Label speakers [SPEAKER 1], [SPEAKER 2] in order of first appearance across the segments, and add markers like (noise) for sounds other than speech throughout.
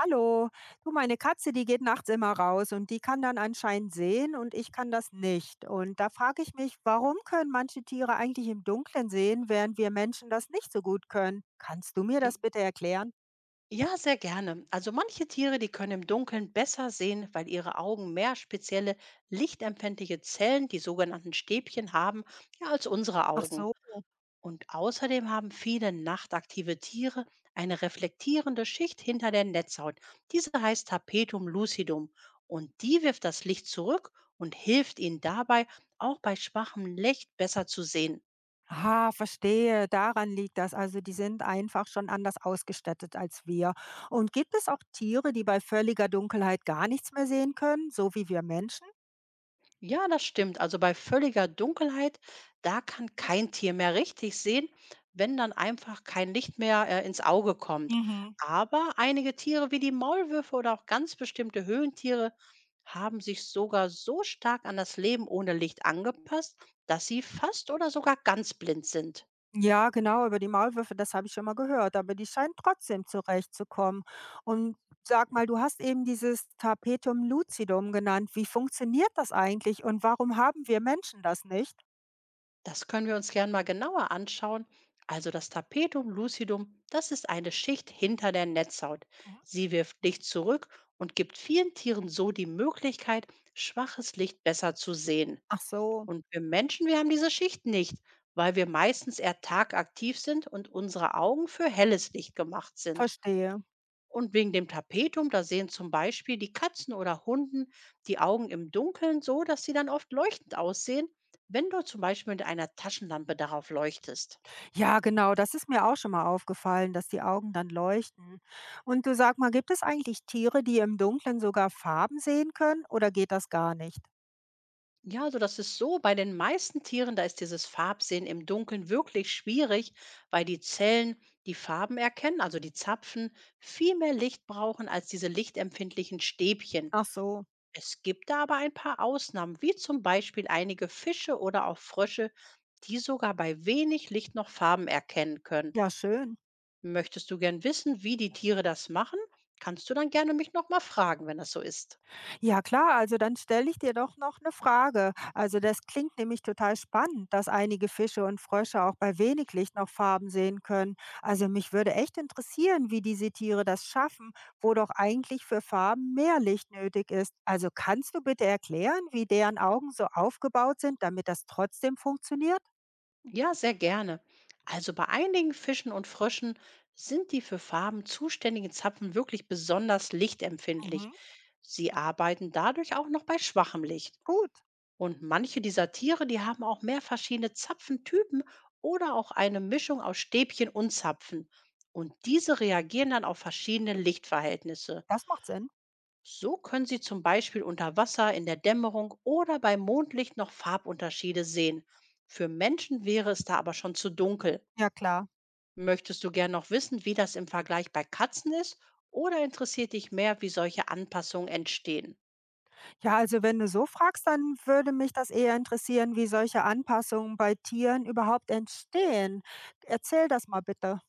[SPEAKER 1] Hallo, du, meine Katze, die geht nachts immer raus und die kann dann anscheinend sehen und ich kann das nicht. Und da frage ich mich, warum können manche Tiere eigentlich im Dunkeln sehen, während wir Menschen das nicht so gut können? Kannst du mir
[SPEAKER 2] I
[SPEAKER 1] das bitte erklären?
[SPEAKER 2] ja, sehr gerne. Also manche Tiere, die können im Dunkeln besser sehen, weil ihre Augen mehr spezielle lichtempfindliche Zellen, die sogenannten Stäbchen, haben, ja, als unsere
[SPEAKER 1] Ach
[SPEAKER 2] Augen.
[SPEAKER 1] so.
[SPEAKER 2] Und außerdem haben viele nachtaktive Tiere eine reflektierende Schicht hinter der Netzhaut. Diese heißt Tapetum lucidum. Und die wirft das Licht zurück und hilft ihnen dabei, auch bei schwachem Licht besser zu sehen.
[SPEAKER 1] Ah, verstehe, daran liegt das. Also die sind einfach schon anders ausgestattet als wir. Und gibt es auch Tiere, die bei völliger Dunkelheit gar nichts mehr sehen können, so wie wir Menschen?
[SPEAKER 2] Ja, das stimmt. Also bei völliger Dunkelheit, da kann kein Tier mehr richtig sehen, wenn dann einfach kein Licht mehr ins Auge kommt.
[SPEAKER 1] Mhm.
[SPEAKER 2] Aber einige Tiere wie die Maulwürfe oder auch ganz bestimmte Höhlentiere haben sich sogar so stark an das Leben ohne Licht angepasst, dass sie fast oder sogar ganz blind sind.
[SPEAKER 1] Ja, genau, über die Maulwürfe, das habe ich schon mal gehört, aber die scheinen trotzdem zurechtzukommen. Und sag mal, du hast eben dieses Tapetum lucidum genannt. Wie funktioniert das eigentlich und warum haben wir Menschen das nicht?
[SPEAKER 2] Das können wir uns gern mal genauer anschauen. Also das Tapetum lucidum, das ist eine Schicht hinter der Netzhaut.
[SPEAKER 1] Mhm.
[SPEAKER 2] Sie wirft Licht zurück und gibt vielen Tieren so die Möglichkeit, schwaches Licht besser zu sehen.
[SPEAKER 1] Ach so,
[SPEAKER 2] Und wir Menschen, wir haben diese Schicht nicht, weil wir meistens eher tagaktiv sind und unsere Augen für helles Licht gemacht sind.
[SPEAKER 1] verstehe.
[SPEAKER 2] Und wegen dem Tapetum, da sehen zum Beispiel die Katzen oder Hunden die Augen im Dunkeln so, dass sie dann oft leuchtend aussehen, wenn du zum Beispiel mit einer Taschenlampe darauf leuchtest.
[SPEAKER 1] Ja, genau, das ist mir auch schon mal aufgefallen, dass die Augen dann leuchten. Und du sag mal, gibt es eigentlich Tiere, die im Dunkeln sogar Farben sehen können oder geht das gar nicht?
[SPEAKER 2] Ja, also das ist so, bei den meisten Tieren, da ist dieses Farbsehen im Dunkeln wirklich schwierig, weil die Zellen die Farben erkennen, also die Zapfen, viel mehr Licht brauchen als diese lichtempfindlichen Stäbchen.
[SPEAKER 1] Ach so,
[SPEAKER 2] Es gibt da aber ein paar Ausnahmen, wie zum Beispiel einige Fische oder auch Frösche, die sogar bei wenig Licht noch Farben erkennen können.
[SPEAKER 1] ja, schön.
[SPEAKER 2] Möchtest du gern wissen, wie die Tiere das machen? Kannst du dann gerne mich nochmal fragen, wenn das so ist.
[SPEAKER 1] Ja klar, also dann stelle ich dir doch noch eine Frage. Also, das klingt nämlich total spannend, dass einige Fische und Frösche auch bei wenig Licht noch Farben sehen können. Also, mich würde echt interessieren, wie diese Tiere das schaffen, wo doch eigentlich für Farben mehr Licht nötig ist. Also, kannst du bitte erklären, wie deren Augen so aufgebaut sind, damit das trotzdem funktioniert?
[SPEAKER 2] Ja, sehr gerne. Also bei einigen Fischen und Fröschen sind die für Farben zuständigen Zapfen wirklich besonders lichtempfindlich.
[SPEAKER 1] Mhm,
[SPEAKER 2] Sie arbeiten dadurch auch noch bei schwachem Licht.
[SPEAKER 1] gut,
[SPEAKER 2] Und manche dieser Tiere, die haben auch mehr verschiedene Zapfentypen oder auch eine Mischung aus Stäbchen und Zapfen. Und diese reagieren dann auf verschiedene Lichtverhältnisse.
[SPEAKER 1] das macht Sinn.
[SPEAKER 2] So können sie zum Beispiel unter Wasser, in der Dämmerung oder bei Mondlicht noch Farbunterschiede sehen. Für Menschen wäre es da aber schon zu dunkel.
[SPEAKER 1] Ja klar.
[SPEAKER 2] Möchtest du gern noch wissen, wie das im Vergleich bei Katzen ist oder interessiert dich mehr, wie solche Anpassungen entstehen?
[SPEAKER 1] Ja, also wenn du so fragst, dann würde mich das eher interessieren, wie solche Anpassungen bei Tieren überhaupt entstehen. Erzähl das mal bitte.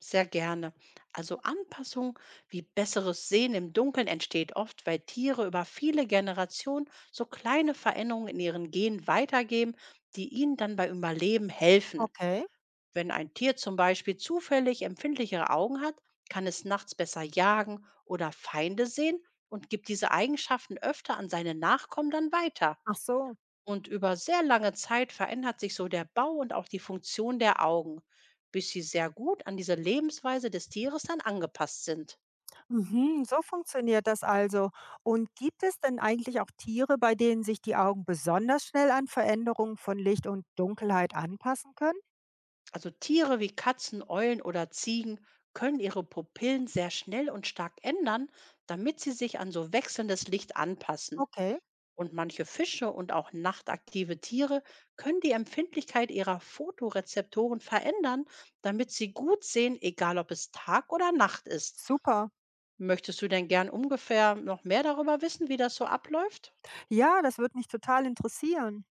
[SPEAKER 2] Sehr gerne. Also Anpassung wie besseres Sehen im Dunkeln entsteht oft, weil Tiere über viele Generationen so kleine Veränderungen in ihren Genen weitergeben, die ihnen dann beim Überleben helfen.
[SPEAKER 1] Okay.
[SPEAKER 2] Wenn ein Tier zum Beispiel zufällig empfindlichere Augen hat, kann es nachts besser jagen oder Feinde sehen und gibt diese Eigenschaften öfter an seine Nachkommen dann weiter.
[SPEAKER 1] Ach so.
[SPEAKER 2] Und über sehr lange Zeit verändert sich so der Bau und auch die Funktion der Augen, bis sie sehr gut an diese Lebensweise des Tieres dann angepasst sind.
[SPEAKER 1] Mhm, so funktioniert das also. Und gibt es denn eigentlich auch Tiere, bei denen sich die Augen besonders schnell an Veränderungen von Licht und Dunkelheit anpassen können?
[SPEAKER 2] Also Tiere wie Katzen, Eulen oder Ziegen können ihre Pupillen sehr schnell und stark ändern, damit sie sich an so wechselndes Licht anpassen.
[SPEAKER 1] Okay.
[SPEAKER 2] Und manche Fische und auch nachtaktive Tiere können die Empfindlichkeit ihrer Fotorezeptoren verändern, damit sie gut sehen, egal ob es Tag oder Nacht ist.
[SPEAKER 1] Super.
[SPEAKER 2] Möchtest du denn gern ungefähr noch mehr darüber wissen, wie das so abläuft?
[SPEAKER 1] Ja, das würde mich total interessieren.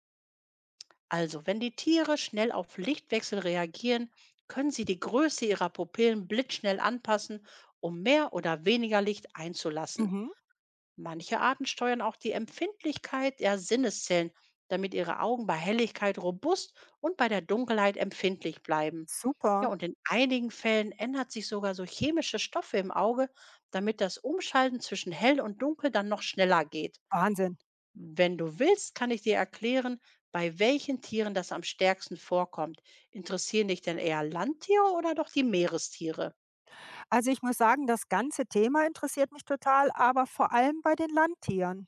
[SPEAKER 2] Also, wenn die Tiere schnell auf Lichtwechsel reagieren, können sie die Größe ihrer Pupillen blitzschnell anpassen, um mehr oder weniger Licht einzulassen.
[SPEAKER 1] Mhm.
[SPEAKER 2] Manche Arten steuern auch die Empfindlichkeit der Sinneszellen, damit ihre Augen bei Helligkeit robust und bei der Dunkelheit empfindlich bleiben. Ja,
[SPEAKER 1] Super.
[SPEAKER 2] und in einigen Fällen ändert sich sogar so chemische Stoffe im Auge, damit das Umschalten zwischen hell und dunkel dann noch schneller geht.
[SPEAKER 1] Wahnsinn.
[SPEAKER 2] Wenn du willst, kann ich dir erklären, bei welchen Tieren das am stärksten vorkommt. Interessieren dich denn eher Landtiere oder doch die Meerestiere?
[SPEAKER 1] Also ich muss sagen, das ganze Thema interessiert mich total, aber vor allem bei den Landtieren.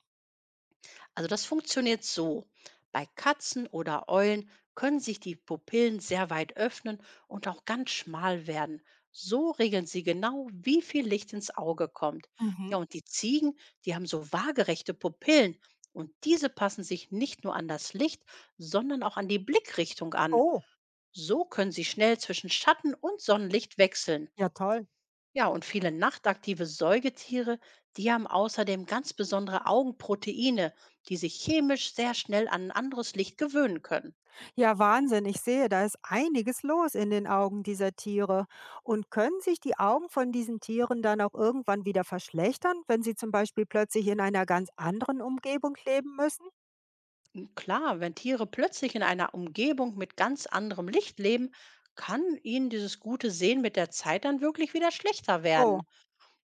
[SPEAKER 2] Also das funktioniert so. Bei Katzen oder Eulen können sich die Pupillen sehr weit öffnen und auch ganz schmal werden. So regeln sie genau, wie viel Licht ins Auge kommt.
[SPEAKER 1] Mhm.
[SPEAKER 2] Ja, und die Ziegen, die haben so waagerechte Pupillen und diese passen sich nicht nur an das Licht, sondern auch an die Blickrichtung an.
[SPEAKER 1] Oh,
[SPEAKER 2] So können sie schnell zwischen Schatten und Sonnenlicht wechseln.
[SPEAKER 1] ja toll.
[SPEAKER 2] Ja, und viele nachtaktive Säugetiere, die haben außerdem ganz besondere Augenproteine, die sich chemisch sehr schnell an ein anderes Licht gewöhnen können.
[SPEAKER 1] Ja, Wahnsinn. Ich sehe, da ist einiges los in den Augen dieser Tiere. Und können sich die Augen von diesen Tieren dann auch irgendwann wieder verschlechtern, wenn sie zum Beispiel plötzlich in einer ganz anderen Umgebung leben müssen?
[SPEAKER 2] Und klar, wenn Tiere plötzlich in einer Umgebung mit ganz anderem Licht leben, kann ihnen dieses gute Sehen mit der Zeit dann wirklich wieder schlechter werden.
[SPEAKER 1] Oh,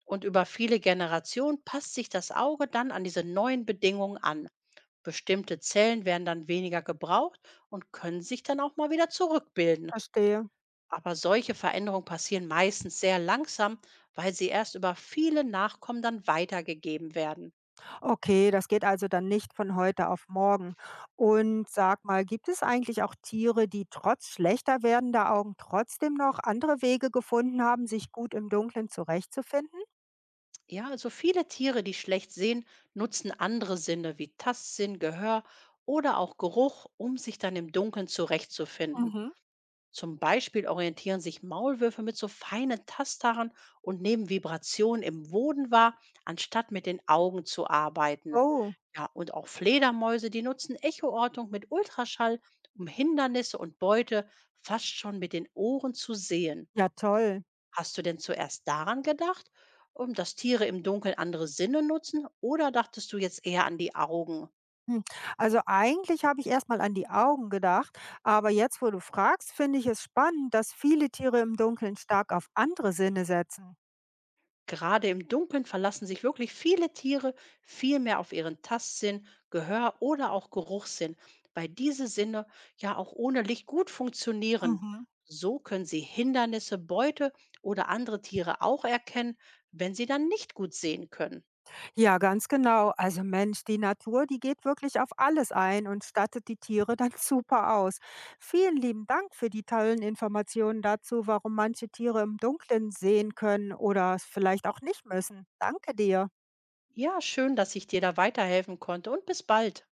[SPEAKER 2] Und über viele Generationen passt sich das Auge dann an diese neuen Bedingungen an. Bestimmte Zellen werden dann weniger gebraucht und können sich dann auch mal wieder zurückbilden.
[SPEAKER 1] verstehe.
[SPEAKER 2] Aber solche Veränderungen passieren meistens sehr langsam, weil sie erst über viele Nachkommen dann weitergegeben werden.
[SPEAKER 1] Okay, das geht also dann nicht von heute auf morgen. Und sag mal, gibt es eigentlich auch Tiere, die trotz schlechter werdender Augen trotzdem noch andere Wege gefunden haben, sich gut im Dunkeln zurechtzufinden?
[SPEAKER 2] Ja, also viele Tiere, die schlecht sehen, nutzen andere Sinne wie Tastsinn, Gehör oder auch Geruch, um sich dann im Dunkeln zurechtzufinden.
[SPEAKER 1] Mhm.
[SPEAKER 2] Zum Beispiel orientieren sich Maulwürfe mit so feinen Tastaren und nehmen Vibrationen im Boden wahr, anstatt mit den Augen zu arbeiten.
[SPEAKER 1] Oh,
[SPEAKER 2] Ja, und auch Fledermäuse, die nutzen Echoortung mit Ultraschall, um Hindernisse und Beute fast schon mit den Ohren zu sehen.
[SPEAKER 1] ja toll.
[SPEAKER 2] Hast du denn zuerst daran gedacht, um dass Tiere im Dunkeln andere Sinne nutzen, oder dachtest du jetzt eher an die Augen?
[SPEAKER 1] Hm, also eigentlich habe ich erst mal an die Augen gedacht, aber jetzt, wo du fragst, finde ich es spannend, dass viele Tiere im Dunkeln stark auf andere Sinne setzen.
[SPEAKER 2] Gerade im Dunkeln verlassen sich wirklich viele Tiere viel mehr auf ihren Tastsinn, Gehör oder auch Geruchssinn, weil diese Sinne ja auch ohne Licht gut funktionieren.
[SPEAKER 1] Mhm.
[SPEAKER 2] So können sie Hindernisse, Beute oder andere Tiere auch erkennen, wenn sie dann nicht gut sehen können.
[SPEAKER 1] Ja, ganz genau. Also Mensch, die Natur, die geht wirklich auf alles ein und stattet die Tiere dann (laughs) super aus. Vielen lieben Dank für die tollen Informationen dazu, warum manche Tiere im Dunkeln sehen können oder es vielleicht auch nicht müssen. Danke dir.
[SPEAKER 2] Ja, schön, dass ich dir da weiterhelfen konnte und bis bald.